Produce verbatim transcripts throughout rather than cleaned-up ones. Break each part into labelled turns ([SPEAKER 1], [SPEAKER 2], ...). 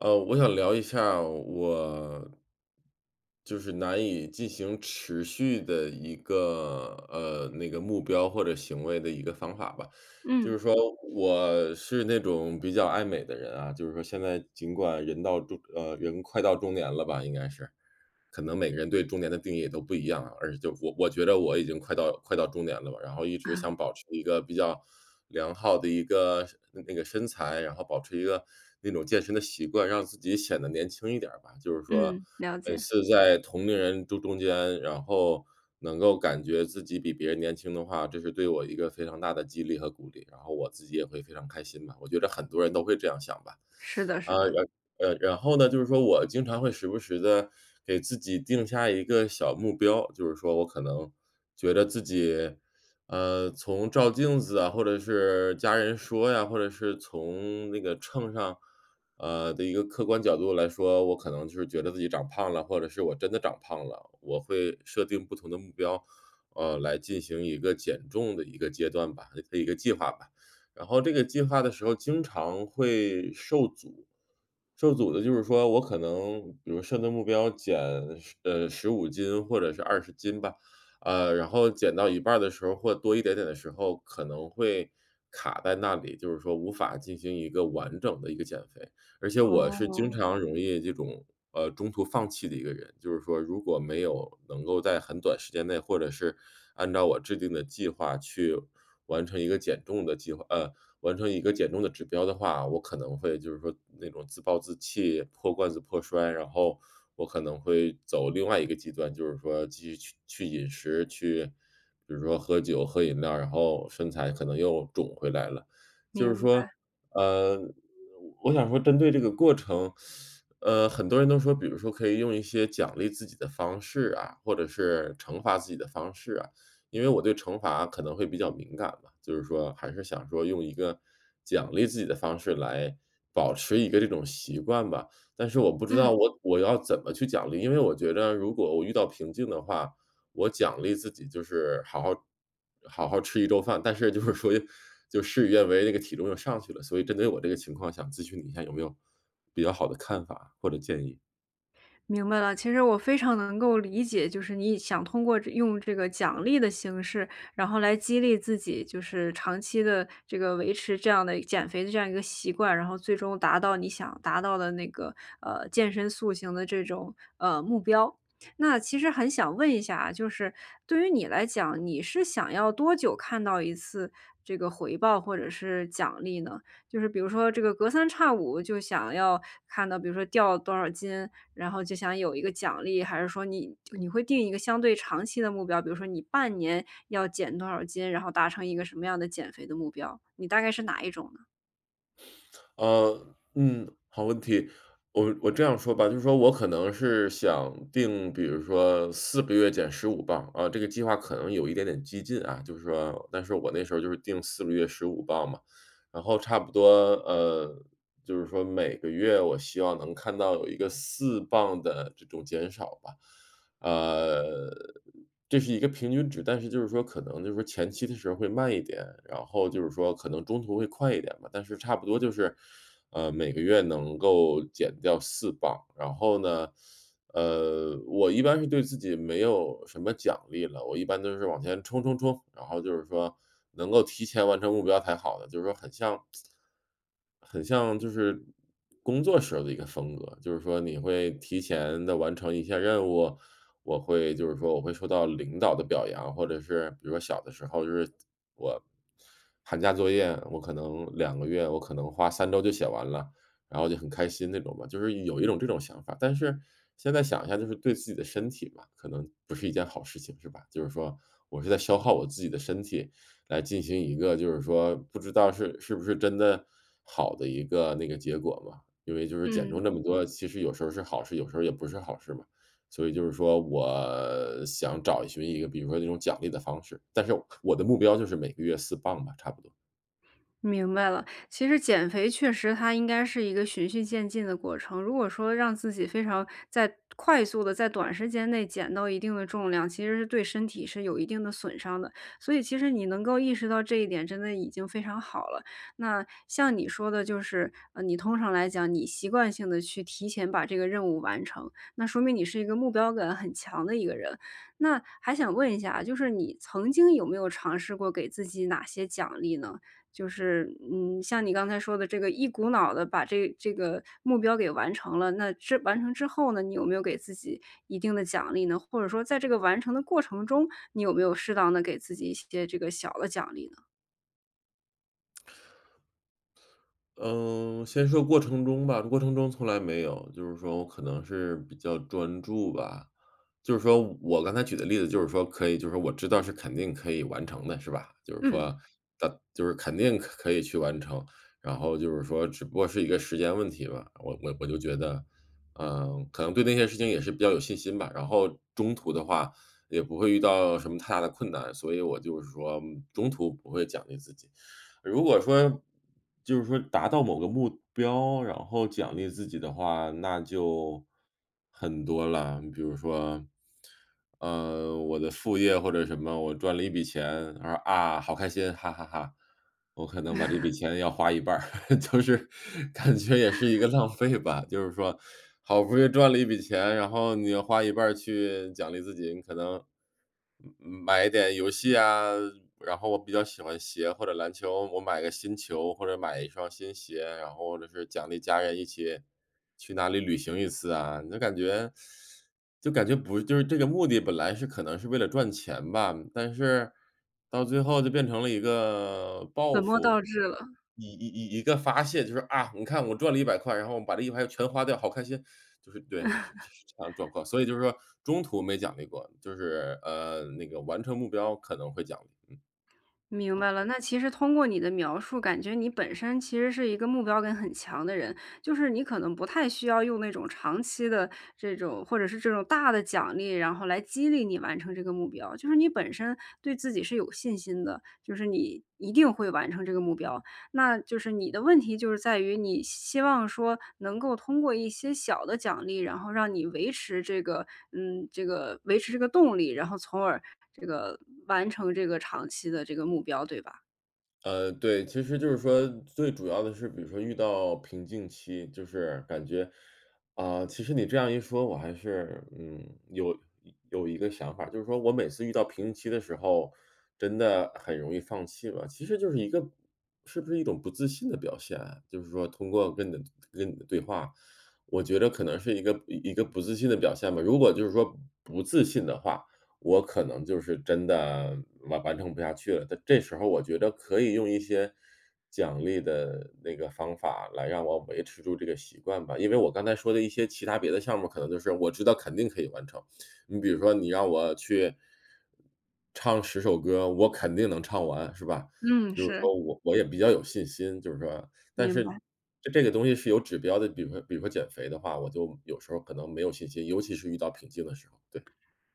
[SPEAKER 1] 呃，我想聊一下我就是难以进行持续的一个呃那个目标或者行为的一个方法吧。就
[SPEAKER 2] 嗯，
[SPEAKER 1] 是说，我是那种比较爱美的人啊，就是说现在尽管人到中呃人快到中年了吧，应该是，可能每个人对中年的定义也都不一样啊，而且就我我觉得我已经快到快到中年了吧，然后一直想 保持一个比较良好的一个那个身材，然后保持一个那种健身的习惯，让自己显得年轻一点儿吧。就是说，
[SPEAKER 2] 嗯，了
[SPEAKER 1] 每
[SPEAKER 2] 解，
[SPEAKER 1] 次在同龄人中中间，然后能够感觉自己比别人年轻的话，这是对我一个非常大的激励和鼓励，然后我自己也会非常开心吧。我觉得很多人都会这样想吧，
[SPEAKER 2] 是的
[SPEAKER 1] 啊，
[SPEAKER 2] 是的，
[SPEAKER 1] 呃，然后呢，就是说我经常会时不时的给自己定下一个小目标，就是说我可能觉得自己，呃，从照镜子啊，或者是家人说呀，或者是从那个秤上，呃，的一个客观角度来说，我可能就是觉得自己长胖了，或者是我真的长胖了，我会设定不同的目标，呃，来进行一个减重的一个阶段吧，一个计划吧。然后这个计划的时候经常会受阻，受阻的就是说我可能比如设的目标减十呃十五斤或者是二十斤吧，呃，然后减到一半儿的时候或多一点点的时候，可能会卡在那里，就是说无法进行一个完整的一个减肥。而且我是经
[SPEAKER 2] 哦，
[SPEAKER 1] 常容易这种，呃，中途放弃的一个人，就是说如果没有能够在很短时间内，或者是按照我制定的计划去完成一个减重的计划呃，完成一个减重的指标的话，我可能会就是说那种自暴自弃、破罐子破摔，然后我可能会走另外一个极端，就是说继续去去饮食，去比如说喝酒、喝饮料，然后身材可能又肿回来了。就是
[SPEAKER 2] 明白，
[SPEAKER 1] 说，呃，我想说针对这个过程，呃，很多人都说，比如说可以用一些奖励自己的方式啊，或者是惩罚自己的方式啊，因为我对惩罚可能会比较敏感嘛，就是说还是想说用一个奖励自己的方式来保持一个这种习惯吧。但是我不知
[SPEAKER 2] 嗯。
[SPEAKER 1] 道我我要怎么去奖励，因为我觉得如果我遇到瓶颈的话，我奖励自己就是好好好好吃一周饭，但是就是说就事与愿违，那个体重又上去了。所以针对我这个情况，想咨询你一下有没有比较好的看法或者建议？
[SPEAKER 2] 明白了，其实我非常能够理解，就是你想通过这用这个奖励的形式，然后来激励自己，就是长期的这个维持这样的减肥的这样一个习惯，然后最终达到你想达到的那个呃健身塑形的这种呃目标。那其实很想问一下啊就是对于你来讲，你是想要多久看到一次这个回报或者是奖励呢？就是比如说这个隔三差五就想要看到，比如说掉多少斤，然后就想有一个奖励，还是说你你会定一个相对长期的目标，比如说你半年要减多少斤，然后达成一个什么样的减肥的目标，你大概是哪一种呢？
[SPEAKER 1] 呃，嗯，好问题。我我这样说吧，就是说我可能是想定，比如说四个月减十五磅，啊，这个计划可能有一点点激进啊，就是说但是我那时候就是定四个月十五磅嘛，然后差不多，呃，就是说每个月我希望能看到有一个四磅的这种减少吧。呃，这是一个平均值，但是就是说可能就是说前期的时候会慢一点，然后就是说可能中途会快一点吧，但是差不多就是，呃，每个月能够减掉四磅，然后呢呃，我一般是对自己没有什么奖励了，我一般都是往前冲冲冲，然后就是说能够提前完成目标才好的，就是说很像很像就是工作时候的一个风格，就是说你会提前的完成一些任务，我会就是说我会受到领导的表扬，或者是比如说小的时候就是我寒假作业，我可能两个月，我可能花三周就写完了，然后就很开心那种吧，就是有一种这种想法。但是现在想一下，就是对自己的身体嘛，可能不是一件好事情，是吧？就是说我是在消耗我自己的身体，来进行一个就是说不知道是是不是真的好的一个那个结果嘛。因为就是减重
[SPEAKER 2] 嗯。
[SPEAKER 1] 这么多，其实有时候是好事，有时候也不是好事嘛。所以就是说，我想找寻一个，比如说那种奖励的方式，但是我的目标就是每个月四磅吧，差不多。
[SPEAKER 2] 明白了，其实减肥确实它应该是一个循序渐进的过程。如果说让自己非常在快速的在短时间内减到一定的重量，其实是对身体是有一定的损伤的。所以其实你能够意识到这一点，真的已经非常好了。那像你说的就是，呃，你通常来讲，你习惯性的去提前把这个任务完成，那说明你是一个目标感很强的一个人。那还想问一下啊，就是你曾经有没有尝试过给自己哪些奖励呢？就是，嗯，像你刚才说的这个一股脑的把这这个目标给完成了，那这完成之后呢，你有没有给自己一定的奖励呢？或者说在这个完成的过程中，你有没有适当的给自己一些这个小的奖励呢？
[SPEAKER 1] 嗯，先说过程中吧，过程中从来没有，就是说我可能是比较专注吧。就是说我刚才举的例子就是说可以就是说我知道是肯定可以完成的，是吧？就是
[SPEAKER 2] 嗯，
[SPEAKER 1] 说它就是肯定可可以去完成，然后就是说只不过是一个时间问题吧。我我我就觉得，嗯，可能对那些事情也是比较有信心吧，然后中途的话也不会遇到什么太大的困难，所以我就是说中途不会奖励自己。如果说就是说达到某个目标，然后奖励自己的话，那就很多了。比如说，呃，我的副业或者什么，我赚了一笔钱，然后啊，好开心，哈哈哈。我可能把这笔钱要花一半儿，就是感觉也是一个浪费吧。就是说，好不容易赚了一笔钱，然后你要花一半儿去奖励自己，你可能买一点游戏啊，然后我比较喜欢鞋或者篮球，我买个新球或者买一双新鞋，然后或者是奖励家人一起去哪里旅行一次啊，你就感觉就感觉不就是这个目的本来是可能是为了赚钱吧，但是到最后就变成了一个报
[SPEAKER 2] 本末倒
[SPEAKER 1] 复。
[SPEAKER 2] 置了。
[SPEAKER 1] 一一一一个发泄，就是啊，你看我赚了一百块，然后我把这一百块全花掉，好开心，就是对，是是是这样的状况。所以就是说中途没奖励过，就是，呃，那个完成目标可能会奖励。
[SPEAKER 2] 明白了，那其实通过你的描述，感觉你本身其实是一个目标感很强的人，就是你可能不太需要用那种长期的这种，或者是这种大的奖励，然后来激励你完成这个目标，就是你本身对自己是有信心的，就是你一定会完成这个目标。那就是你的问题就是在于你希望说能够通过一些小的奖励，然后让你维持这个嗯，这个维持这个动力，然后从而这个完成这个长期的这个目标，对吧？
[SPEAKER 1] 呃，对，其实就是说最主要的是，比如说遇到瓶颈期，就是感觉，啊、其实你这样一说，我还是嗯有有一个想法，就是说我每次遇到瓶颈期的时候，真的很容易放弃了。其实就是一个是不是一种不自信的表现啊就是说通过跟你的跟你的对话，我觉得可能是一个一个不自信的表现吧。如果就是说不自信的话，我可能就是真的完完成不下去了。但这时候我觉得可以用一些奖励的那个方法来让我维持住这个习惯吧。因为我刚才说的一些其他别的项目，可能就是我知道肯定可以完成。你比如说你让我去唱十首歌，我肯定能唱完，是吧？
[SPEAKER 2] 嗯，
[SPEAKER 1] 就是
[SPEAKER 2] 是。
[SPEAKER 1] 说我我也比较有信心，就是说但
[SPEAKER 2] 明
[SPEAKER 1] 是
[SPEAKER 2] 白。
[SPEAKER 1] 这这个东西是有指标的，比如说比如说减肥的话，我就有时候可能没有信心，尤其是遇到瓶颈的时候，对。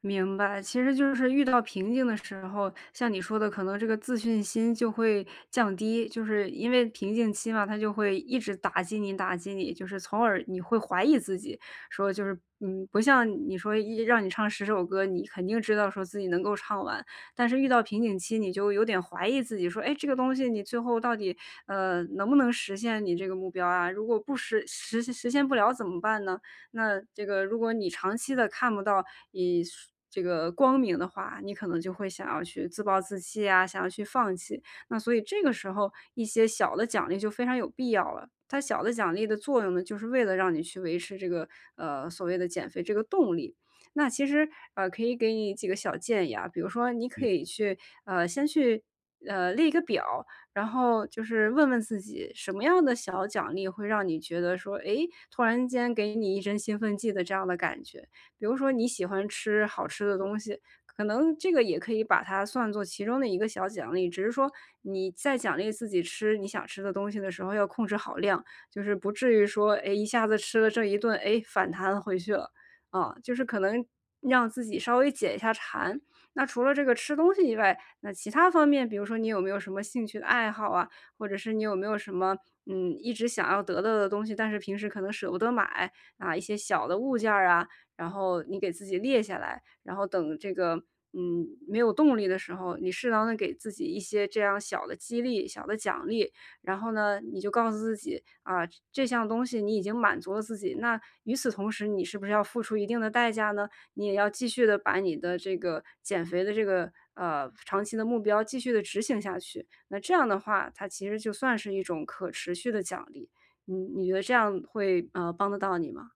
[SPEAKER 2] 明白，其实就是遇到瓶颈的时候，像你说的，可能这个自信心就会降低，就是因为瓶颈期嘛，它就会一直打击你，打击你，就是从而你会怀疑自己，说就是，嗯，不像你说一让你唱十首歌，你肯定知道说自己能够唱完，但是遇到瓶颈期，你就有点怀疑自己，说，哎，这个东西你最后到底，呃，能不能实现你这个目标啊？如果不实实实现不了怎么办呢？那这个如果你长期的看不到以这个光明的话，你可能就会想要去自暴自弃啊，想要去放弃。那所以这个时候一些小的奖励就非常有必要了。它小的奖励的作用呢，就是为了让你去维持这个，呃，所谓的减肥这个动力。那其实，呃，可以给你几个小建议啊，比如说你可以去，呃，先去，呃，列一个表，然后就是问问自己，什么样的小奖励会让你觉得说，诶，突然间给你一针兴奋剂的这样的感觉？比如说你喜欢吃好吃的东西，可能这个也可以把它算作其中的一个小奖励，只是说你在奖励自己吃你想吃的东西的时候要控制好量，就是不至于说，诶，一下子吃了这一顿，诶，反弹回去了。啊，就是可能让自己稍微解一下馋。那除了这个吃东西以外，那其他方面，比如说你有没有什么兴趣的爱好啊，或者是你有没有什么，嗯，一直想要得到的东西，但是平时可能舍不得买啊，一些小的物件儿啊，然后你给自己列下来，然后等这个，嗯，没有动力的时候，你适当的给自己一些这样小的激励、小的奖励，然后呢，你就告诉自己啊，这项东西你已经满足了自己，那与此同时，你是不是要付出一定的代价呢？你也要继续的把你的这个减肥的这个，呃，长期的目标继续的执行下去。那这样的话，它其实就算是一种可持续的奖励，你你觉得这样会，呃，帮得到你吗？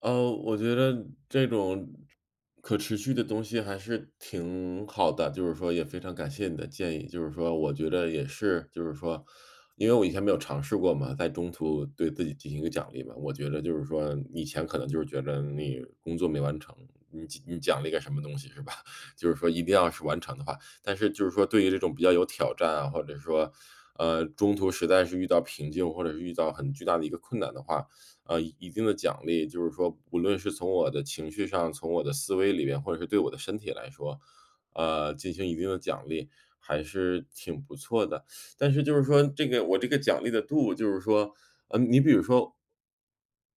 [SPEAKER 1] 呃，我觉得这种可持续的东西还是挺好的，就是说也非常感谢你的建议。就是说我觉得也是，就是说，因为我以前没有尝试过嘛，在中途对自己进行一个奖励嘛。我觉得就是说，以前可能就是觉得你工作没完成，你奖你奖励个什么东西是吧？就是说一定要是完成的话，但是就是说对于这种比较有挑战啊，或者说，呃，中途实在是遇到瓶颈，或者是遇到很巨大的一个困难的话，呃，一定的奖励，就是说无论是从我的情绪上，从我的思维里边，或者是对我的身体来说，呃，进行一定的奖励，还是挺不错的。但是就是说这个我这个奖励的度，就是说，呃，你比如说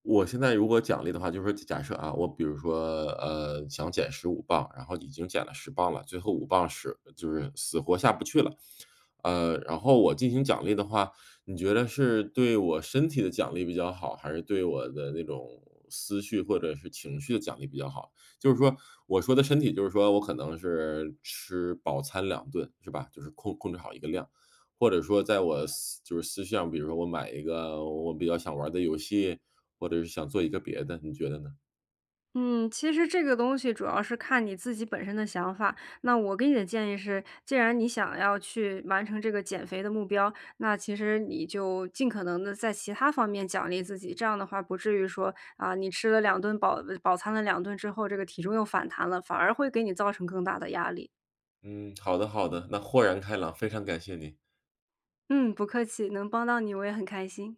[SPEAKER 1] 我现在如果奖励的话，就是说假设啊，我比如说，呃，想减十五磅，然后已经减了十磅了，最后五磅是就是死活下不去了。呃，然后我进行奖励的话，你觉得是对我身体的奖励比较好，还是对我的那种思绪或者是情绪的奖励比较好？就是说我说的身体，就是说我可能是吃饱餐两顿，是吧？就是控控制好一个量。或者说在我思就是思绪上比如说我买一个我比较想玩的游戏，或者是想做一个别的，你觉得呢？
[SPEAKER 2] 嗯，其实这个东西主要是看你自己本身的想法。那我给你的建议是，既然你想要去完成这个减肥的目标，那其实你就尽可能的在其他方面奖励自己。这样的话，不至于说啊，你吃了两顿饱饱餐了两顿之后，这个体重又反弹了，反而会给你造成更大的压力。
[SPEAKER 1] 嗯，好的好的，那豁然开朗，非常感谢你。
[SPEAKER 2] 嗯，不客气，能帮到你我也很开心。